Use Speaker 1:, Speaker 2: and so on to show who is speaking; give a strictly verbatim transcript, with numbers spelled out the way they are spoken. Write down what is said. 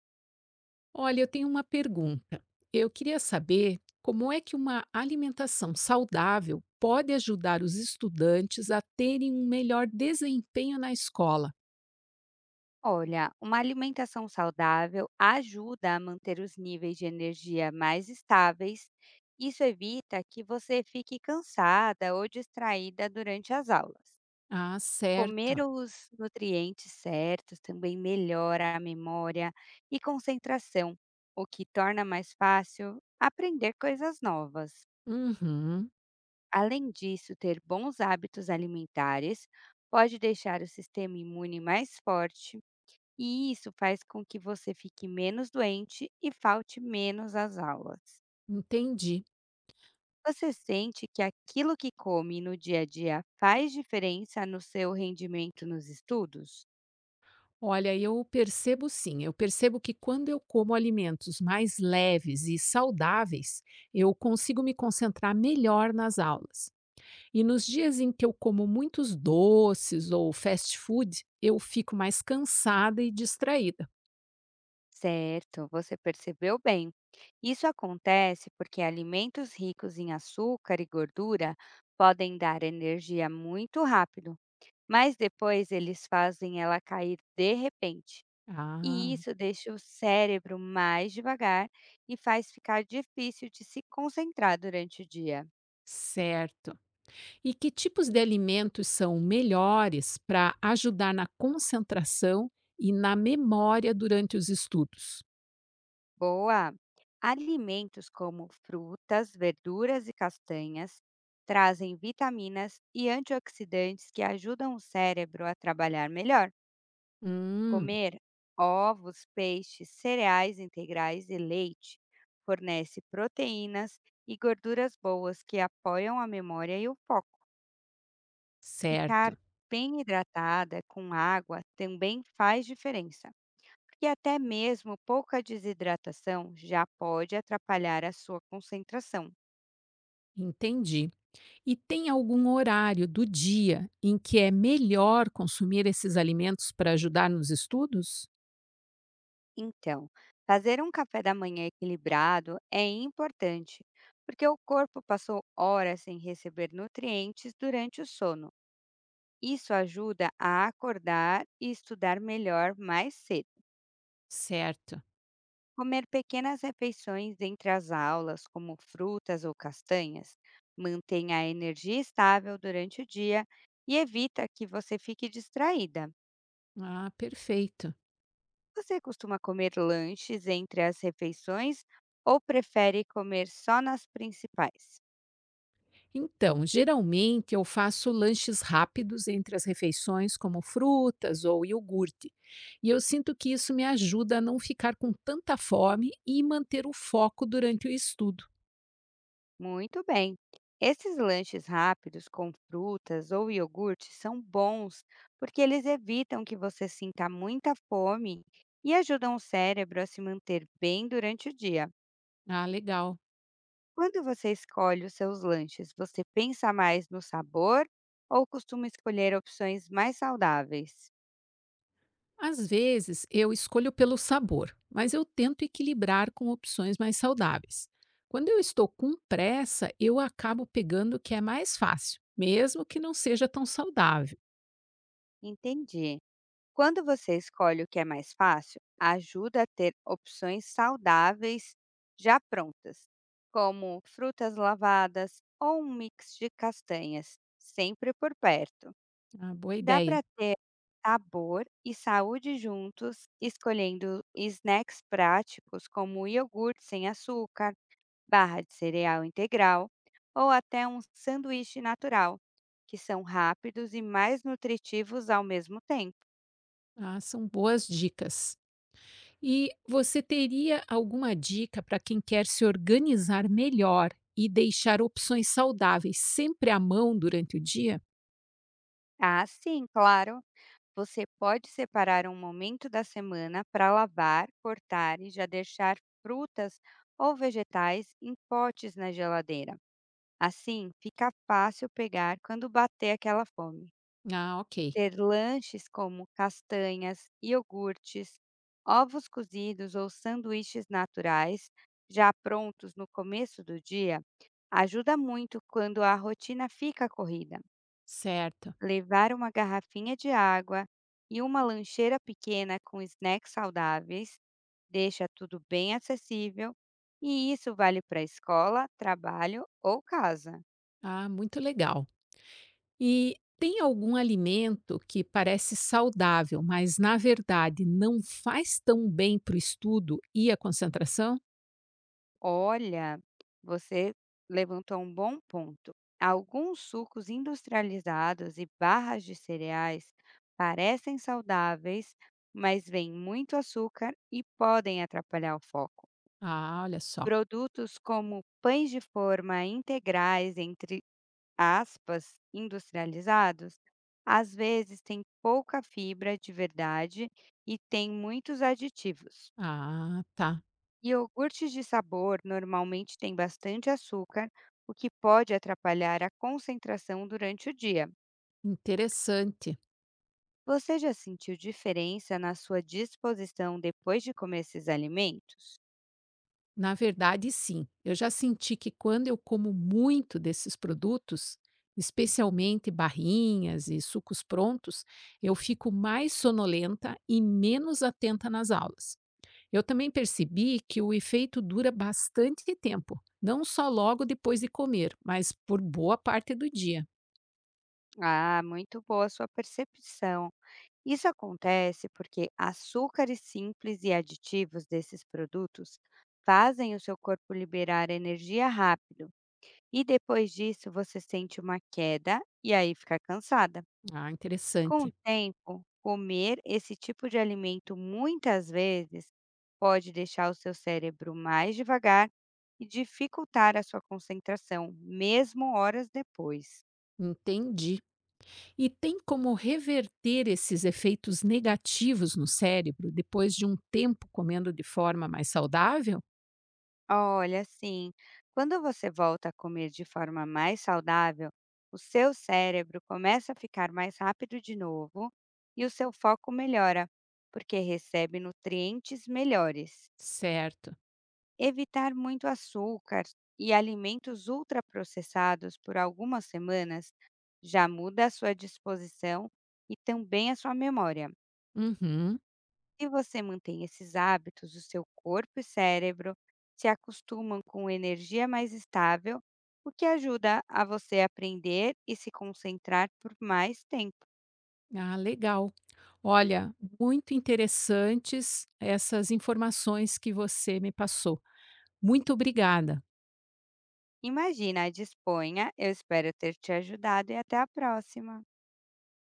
Speaker 1: Olha, eu tenho uma pergunta. Eu queria saber como é que uma alimentação saudável pode ajudar os estudantes a terem um melhor desempenho na escola.
Speaker 2: Olha, uma alimentação saudável ajuda a manter os níveis de energia mais estáveis. Isso evita que você fique cansada ou distraída durante as aulas.
Speaker 1: Ah,
Speaker 2: Comer
Speaker 1: certo.
Speaker 2: os nutrientes certos também melhora a memória e concentração, o que torna mais fácil aprender coisas novas.
Speaker 1: Uhum,
Speaker 2: Além disso, ter bons hábitos alimentares pode deixar o sistema imune mais forte e isso faz com que você fique menos doente e falte menos às aulas.
Speaker 1: entendi.
Speaker 2: Você sente que aquilo que come no dia a dia faz diferença no seu rendimento nos estudos?
Speaker 1: Olha, eu percebo sim, eu percebo que quando eu como alimentos mais leves e saudáveis, eu consigo me concentrar melhor nas aulas. E nos dias em que eu como muitos doces ou fast food, eu fico mais cansada e distraída.
Speaker 2: Certo, você percebeu bem. Isso acontece porque alimentos ricos em açúcar e gordura podem dar energia muito rápido, mas depois eles fazem ela cair de repente. E
Speaker 1: Ah,
Speaker 2: isso deixa o cérebro mais devagar e faz ficar difícil de se concentrar durante o dia.
Speaker 1: certo. E que tipos de alimentos são melhores para ajudar na concentração e na memória durante os estudos?
Speaker 2: Boa! Alimentos como frutas, verduras e castanhas trazem vitaminas e antioxidantes que ajudam o cérebro a trabalhar melhor.
Speaker 1: Hum.
Speaker 2: Comer ovos, peixes, cereais integrais e leite fornece proteínas e gorduras boas que apoiam a memória e o foco. Ficar
Speaker 1: Certo.
Speaker 2: bem hidratada com água também faz diferença, porque até mesmo pouca desidratação já pode atrapalhar a sua concentração.
Speaker 1: Entendi. E tem algum horário do dia em que é melhor consumir esses alimentos para ajudar nos estudos?
Speaker 2: Então, fazer um café da manhã equilibrado é importante, porque o corpo passou horas sem receber nutrientes durante o sono. Isso ajuda a acordar e estudar melhor mais cedo.
Speaker 1: Certo.
Speaker 2: Comer pequenas refeições entre as aulas, como frutas ou castanhas, mantém a energia estável durante o dia e evita que você fique distraída.
Speaker 1: Ah, perfeito.
Speaker 2: Você costuma comer lanches entre as refeições ou prefere comer só nas principais?
Speaker 1: Então, geralmente eu faço lanches rápidos entre as refeições, como frutas ou iogurte. E eu sinto que isso me ajuda a não ficar com tanta fome e manter o foco durante o estudo.
Speaker 2: Muito bem! Esses lanches rápidos com frutas ou iogurte são bons porque eles evitam que você sinta muita fome e ajudam o cérebro a se manter bem durante o dia.
Speaker 1: Ah, legal.
Speaker 2: Quando você escolhe os seus lanches, você pensa mais no sabor ou costuma escolher opções mais saudáveis?
Speaker 1: Às vezes eu escolho pelo sabor, mas eu tento equilibrar com opções mais saudáveis. Quando eu estou com pressa, eu acabo pegando o que é mais fácil, mesmo que não seja tão saudável.
Speaker 2: Entendi. Quando você escolhe o que é mais fácil, ajuda a ter opções saudáveis já prontas, como frutas lavadas ou um mix de castanhas, sempre por perto.
Speaker 1: Ah, boa
Speaker 2: Dá
Speaker 1: ideia.
Speaker 2: para ter sabor e saúde juntos, escolhendo snacks práticos como iogurte sem açúcar, barra de cereal integral ou até um sanduíche natural, que são rápidos e mais nutritivos ao mesmo tempo.
Speaker 1: Ah, são boas dicas. E você teria alguma dica para quem quer se organizar melhor e deixar opções saudáveis sempre à mão durante o dia?
Speaker 2: Ah, sim, claro! Você pode separar um momento da semana para lavar, cortar e já deixar frutas ou vegetais em potes na geladeira. Assim, fica fácil pegar quando bater aquela fome.
Speaker 1: Ah, ok,
Speaker 2: Ter lanches como castanhas, iogurtes, ovos cozidos ou sanduíches naturais, já prontos no começo do dia, ajuda muito quando a rotina fica corrida.
Speaker 1: certo.
Speaker 2: Levar uma garrafinha de água e uma lancheira pequena com snacks saudáveis deixa tudo bem acessível, e isso vale para escola, trabalho ou casa.
Speaker 1: Ah, muito legal. E tem algum alimento que parece saudável, mas na verdade não faz tão bem para o estudo e a concentração?
Speaker 2: Olha, você levantou um bom ponto. Alguns sucos industrializados e barras de cereais parecem saudáveis, mas vêm muito açúcar e podem atrapalhar o foco.
Speaker 1: Ah, olha só.
Speaker 2: Produtos como pães de forma integrais, entre aspas, industrializados, às vezes têm pouca fibra de verdade e têm muitos aditivos.
Speaker 1: Ah, tá.
Speaker 2: Iogurtes de sabor normalmente têm bastante açúcar, o que pode atrapalhar a concentração durante o dia.
Speaker 1: Interessante.
Speaker 2: Você já sentiu diferença na sua disposição depois de comer esses alimentos?
Speaker 1: Na verdade, sim. Eu já senti que quando eu como muito desses produtos, especialmente barrinhas e sucos prontos, eu fico mais sonolenta e menos atenta nas aulas. Eu também percebi que o efeito dura bastante tempo, não só logo depois de comer, mas por boa parte do dia.
Speaker 2: Ah, muito boa sua percepção. Isso acontece porque açúcares simples e aditivos desses produtos fazem o seu corpo liberar energia rápido e depois disso você sente uma queda e aí fica cansada.
Speaker 1: Ah,
Speaker 2: Com o
Speaker 1: interessante.
Speaker 2: tempo, comer esse tipo de alimento muitas vezes pode deixar o seu cérebro mais devagar e dificultar a sua concentração, mesmo horas depois.
Speaker 1: Entendi. E tem como reverter esses efeitos negativos no cérebro depois de um tempo comendo de forma mais saudável?
Speaker 2: Olha, sim, quando você volta a comer de forma mais saudável, o seu cérebro começa a ficar mais rápido de novo e o seu foco melhora, porque recebe nutrientes melhores.
Speaker 1: Certo.
Speaker 2: Evitar muito açúcar e alimentos ultraprocessados por algumas semanas já muda a sua disposição e também a sua memória.
Speaker 1: Uhum.
Speaker 2: Se você mantém esses hábitos, o seu corpo e cérebro se acostumam com energia mais estável, o que ajuda a você aprender e se concentrar por mais tempo.
Speaker 1: Ah, legal. Olha, muito interessantes essas informações que você me passou. Muito obrigada.
Speaker 2: Imagina, disponha. Eu espero ter te ajudado e até a próxima.